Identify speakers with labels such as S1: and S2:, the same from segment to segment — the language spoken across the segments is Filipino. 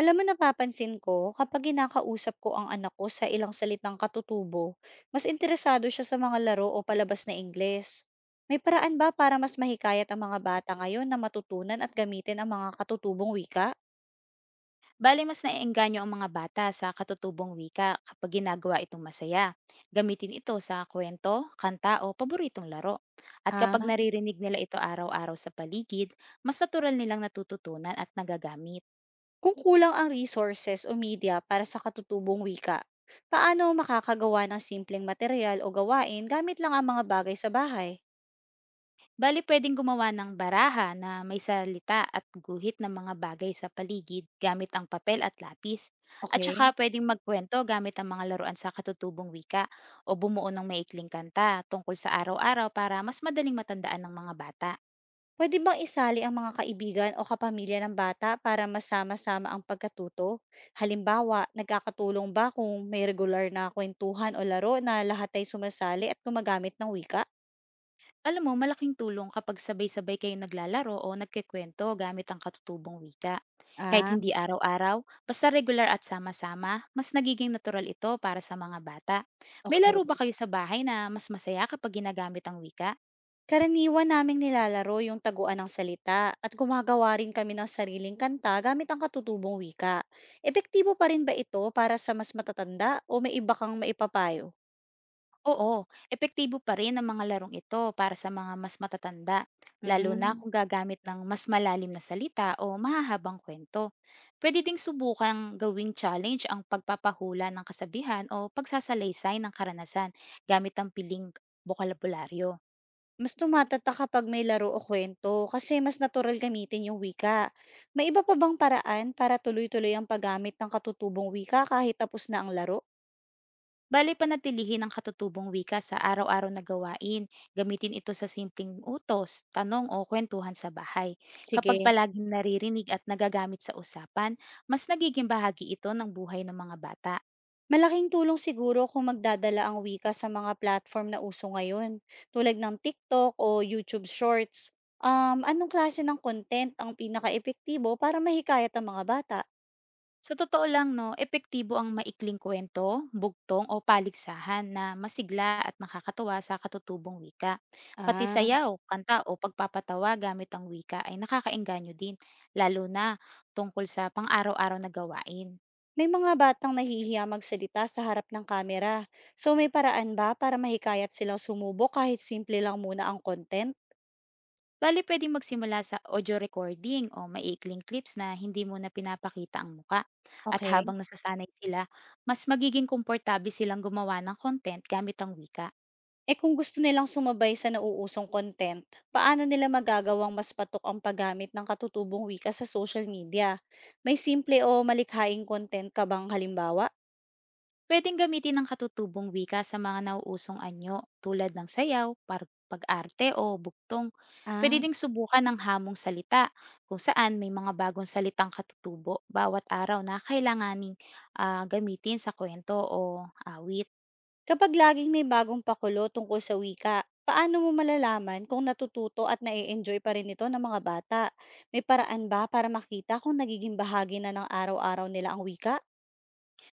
S1: Alam mo napapansin ko, kapag kinakausap ko ang anak ko sa ilang salitang katutubo, mas interesado siya sa mga laro o palabas na Ingles. May paraan ba para mas mahikayat ang mga bata ngayon na matutunan at gamitin ang mga katutubong wika?
S2: Bale, mas naiengganyo ang mga bata sa katutubong wika kapag ginagawa itong masaya. Gamitin ito sa kwento, kanta o paboritong laro. At
S1: Ah,
S2: kapag naririnig nila ito araw-araw sa paligid, mas natural nilang natututunan at nagagamit.
S1: kung kulang ang resources o media para sa katutubong wika, paano makakagawa ng simpleng material o gawain gamit lang ang mga bagay sa bahay?
S2: Bali, pwedeng gumawa ng baraha na may salita at guhit ng mga bagay sa paligid gamit ang papel at lapis. At saka
S1: Okay.
S2: pwedeng magkwento gamit ang mga laruan sa katutubong wika o bumuo ng maikling kanta tungkol sa araw-araw para mas madaling matandaan ng mga bata.
S1: Puwede bang isali ang mga kaibigan o kapamilya ng bata para masama-sama ang pagkatuto? Halimbawa, nagkakatulong ba kung may regular na kwentuhan o laro na lahat ay sumasali at gumagamit ng wika?
S2: Alam mo, malaking tulong kapag sabay-sabay kayong naglalaro o nagkikwento gamit ang katutubong wika. Kahit
S1: Ah,
S2: hindi araw-araw, basta regular at sama-sama, mas nagiging natural ito para sa mga bata. May laro ba
S1: okay.
S2: kayo sa bahay na mas masaya kapag ginagamit ang wika?
S1: Karaniwan naming nilalaro yung taguan ng salita at gumagawa rin kami ng sariling kanta gamit ang katutubong wika. Epektibo pa rin ba ito para sa mas matatanda o may iba kang maipapayo?
S2: Oo, epektibo pa rin ang mga larong ito para sa mga mas matatanda, lalo na
S1: Mm.
S2: kung gagamit ng mas malalim na salita o mahahabang kwento. Pwede ding subukang gawing challenge ang pagpapahula ng kasabihan o pagsasalaysay ng karanasan gamit ang piling bokabularyo.
S1: Mas tumatatak kapag may laro o kwento kasi mas natural gamitin yung wika. May iba pa bang paraan para tuloy-tuloy ang paggamit ng katutubong wika kahit tapos na ang laro?
S2: Bale panatilihin ang katutubong wika sa araw-araw na gawain. Gamitin ito sa simpleng utos, tanong o kwentuhan sa bahay. Kapag
S1: Sige,
S2: palaging naririnig at nagagamit sa usapan, mas nagiging bahagi ito ng buhay ng mga bata.
S1: malaking tulong siguro kung magdadala ang wika sa mga platform na uso ngayon, tulad ng TikTok o YouTube Shorts. Anong klase ng content ang pinaka-epektibo para mahikayat ang mga bata?
S2: Sa totoo lang, no, epektibo ang maikling kwento, bugtong o paligsahan na masigla at nakakatuwa sa katutubong wika. Pati
S1: Ah,
S2: sayaw, kanta o pagpapatawa gamit ang wika ay nakakaengganyo din, lalo na tungkol sa pang-araw-araw na gawain.
S1: may mga batang nahihiya magsalita sa harap ng kamera. So may paraan ba para mahikayat silang sumubok kahit simple lang muna ang content?
S2: Bale puwedeng magsimula sa audio recording o maikling clips na hindi mo na pinapakita ang muka. At
S1: Okay.
S2: habang nasasanay sila, mas magiging komportable silang gumawa ng content gamit ang wika.
S1: Eh kung gusto nilang sumabay sa nauusong content, paano nila magagawang mas patok ang paggamit ng katutubong wika sa social media? May simple o malikhaing content ka bang halimbawa?
S2: Pwedeng gamitin ang katutubong wika sa mga nauusong anyo tulad ng sayaw, pag-arte o buktong. Pwede
S1: Ah,
S2: ding subukan ng hamong salita kung saan may mga bagong salitang katutubo bawat araw na kailanganing gamitin sa kwento o awit.
S1: kapag laging may bagong pakulo tungkol sa wika, paano mo malalaman kung natututo at nai-enjoy pa rin ito ng mga bata? May paraan ba para makita kung nagiging bahagi na ng araw-araw nila ang wika?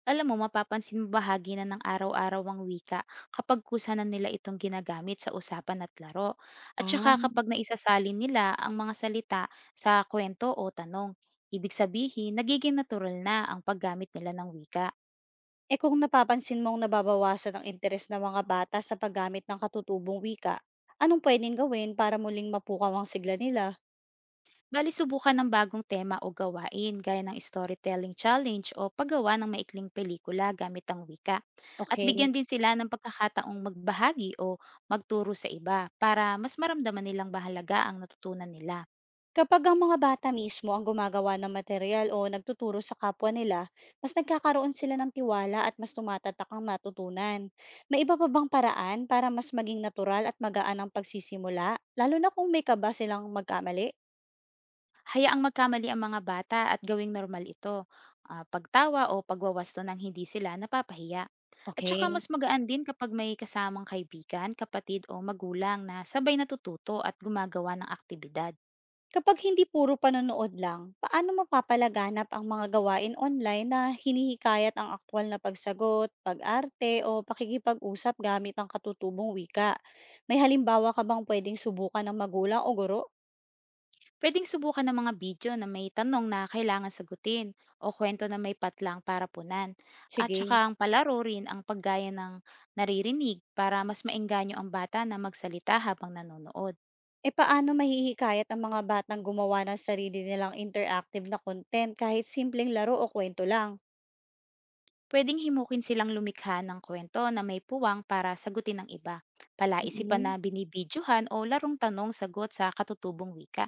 S2: Alam mo, mapapansin mo bahagi na ng araw-araw ang wika kapag kusa na nila itong ginagamit sa usapan at laro. At
S1: Ah,
S2: saka kapag naisasalin nila ang mga salita sa kwento o tanong. Ibig sabihin, nagiging natural na ang paggamit nila ng wika.
S1: e kung napapansin mong nababawasan ang interes ng mga bata sa paggamit ng katutubong wika, anong pwedeng gawin para muling mapukaw ang sigla nila?
S2: Bali, subukan ng bagong tema o gawain gaya ng storytelling challenge o paggawa ng maikling pelikula gamit ang wika. At
S1: Okay.
S2: bigyan din sila ng pagkakataong magbahagi o magturo sa iba para mas maramdaman nilang bahalaga ang natutunan nila.
S1: Kapag ang mga bata mismo ang gumagawa ng material o nagtuturo sa kapwa nila, mas nagkakaroon sila ng tiwala at mas tumatatak ang natutunan. May iba pa bang paraan para mas maging natural at magaan ang pagsisimula, lalo na kung may kaba silang magkamali?
S2: Hayaang magkamali ang mga bata at gawing normal ito. Ah, pagtawa o pagwawasto ng hindi sila napapahiya. At saka
S1: Okay.
S2: mas magaan din kapag may kasamang kaibigan, kapatid o magulang na sabay natututo at gumagawa ng aktibidad.
S1: Kapag hindi puro panonood lang, paano mapapalaganap ang mga gawain online na hinihikayat ang aktwal na pagsagot, pag-arte o pakikipag-usap gamit ang katutubong wika? May halimbawa ka bang pwedeng subukan ng magulang o guro?
S2: Pwedeng subukan ng mga video na may tanong na kailangan sagutin o kwento na may patlang para punan. At saka
S1: Sige.
S2: ang palaro rin ang paggaya ng naririnig para mas maengganyo ang bata na magsalita habang nanonood.
S1: E paano mahihikayat ang mga batang gumawa ng sarili nilang interactive na content kahit simpleng laro o kwento lang?
S2: Pwedeng himukin silang lumikha ng kwento na may puwang para sagutin ng iba, palaisipan na
S1: Mm.
S2: binibidyohan o larong tanong-sagot sa katutubong wika.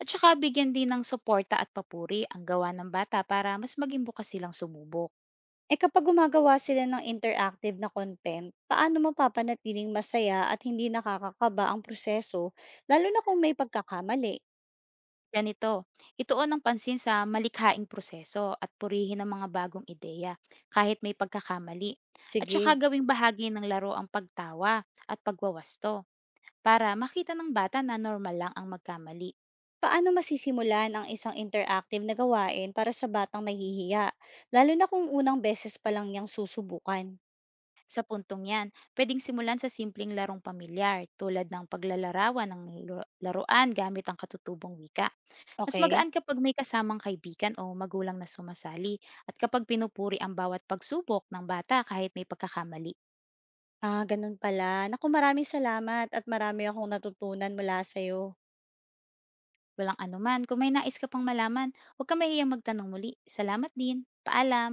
S2: At saka bigyan din ng suporta at papuri ang gawa ng bata para mas maging bukas silang sumubok.
S1: Eh kapag gumagawa sila ng interactive na content, paano mapapanatiling masaya at hindi nakakakaba ang proseso, lalo na kung may pagkakamali?
S2: Ganito, ituon ang pansin sa malikhaing proseso at purihin ang mga bagong ideya kahit may pagkakamali. At saka
S1: Sige,
S2: gawing bahagi ng laro ang pagtawa at pagwawasto para makita ng bata na normal lang ang magkamali.
S1: paano masisimulan ang isang interactive na gawain para sa batang mahihiya lalo na kung unang beses pa lang niyang susubukan?
S2: Sa puntong yan, pwedeng simulan sa simpleng larong pamilyar tulad ng paglalarawan ng laruan gamit ang katutubong wika. Mas
S1: Okay?
S2: magaan kapag may kasamang kaibigan o magulang na sumasali at kapag pinupuri ang bawat pagsubok ng bata kahit may pagkakamali.
S1: Ah, ganun pala. Naku, maraming salamat at marami akong natutunan mula sa'yo.
S2: Walang anuman, kung may nais ka pang malaman, huwag ka mahiyang magtanong muli. Salamat din. Paalam!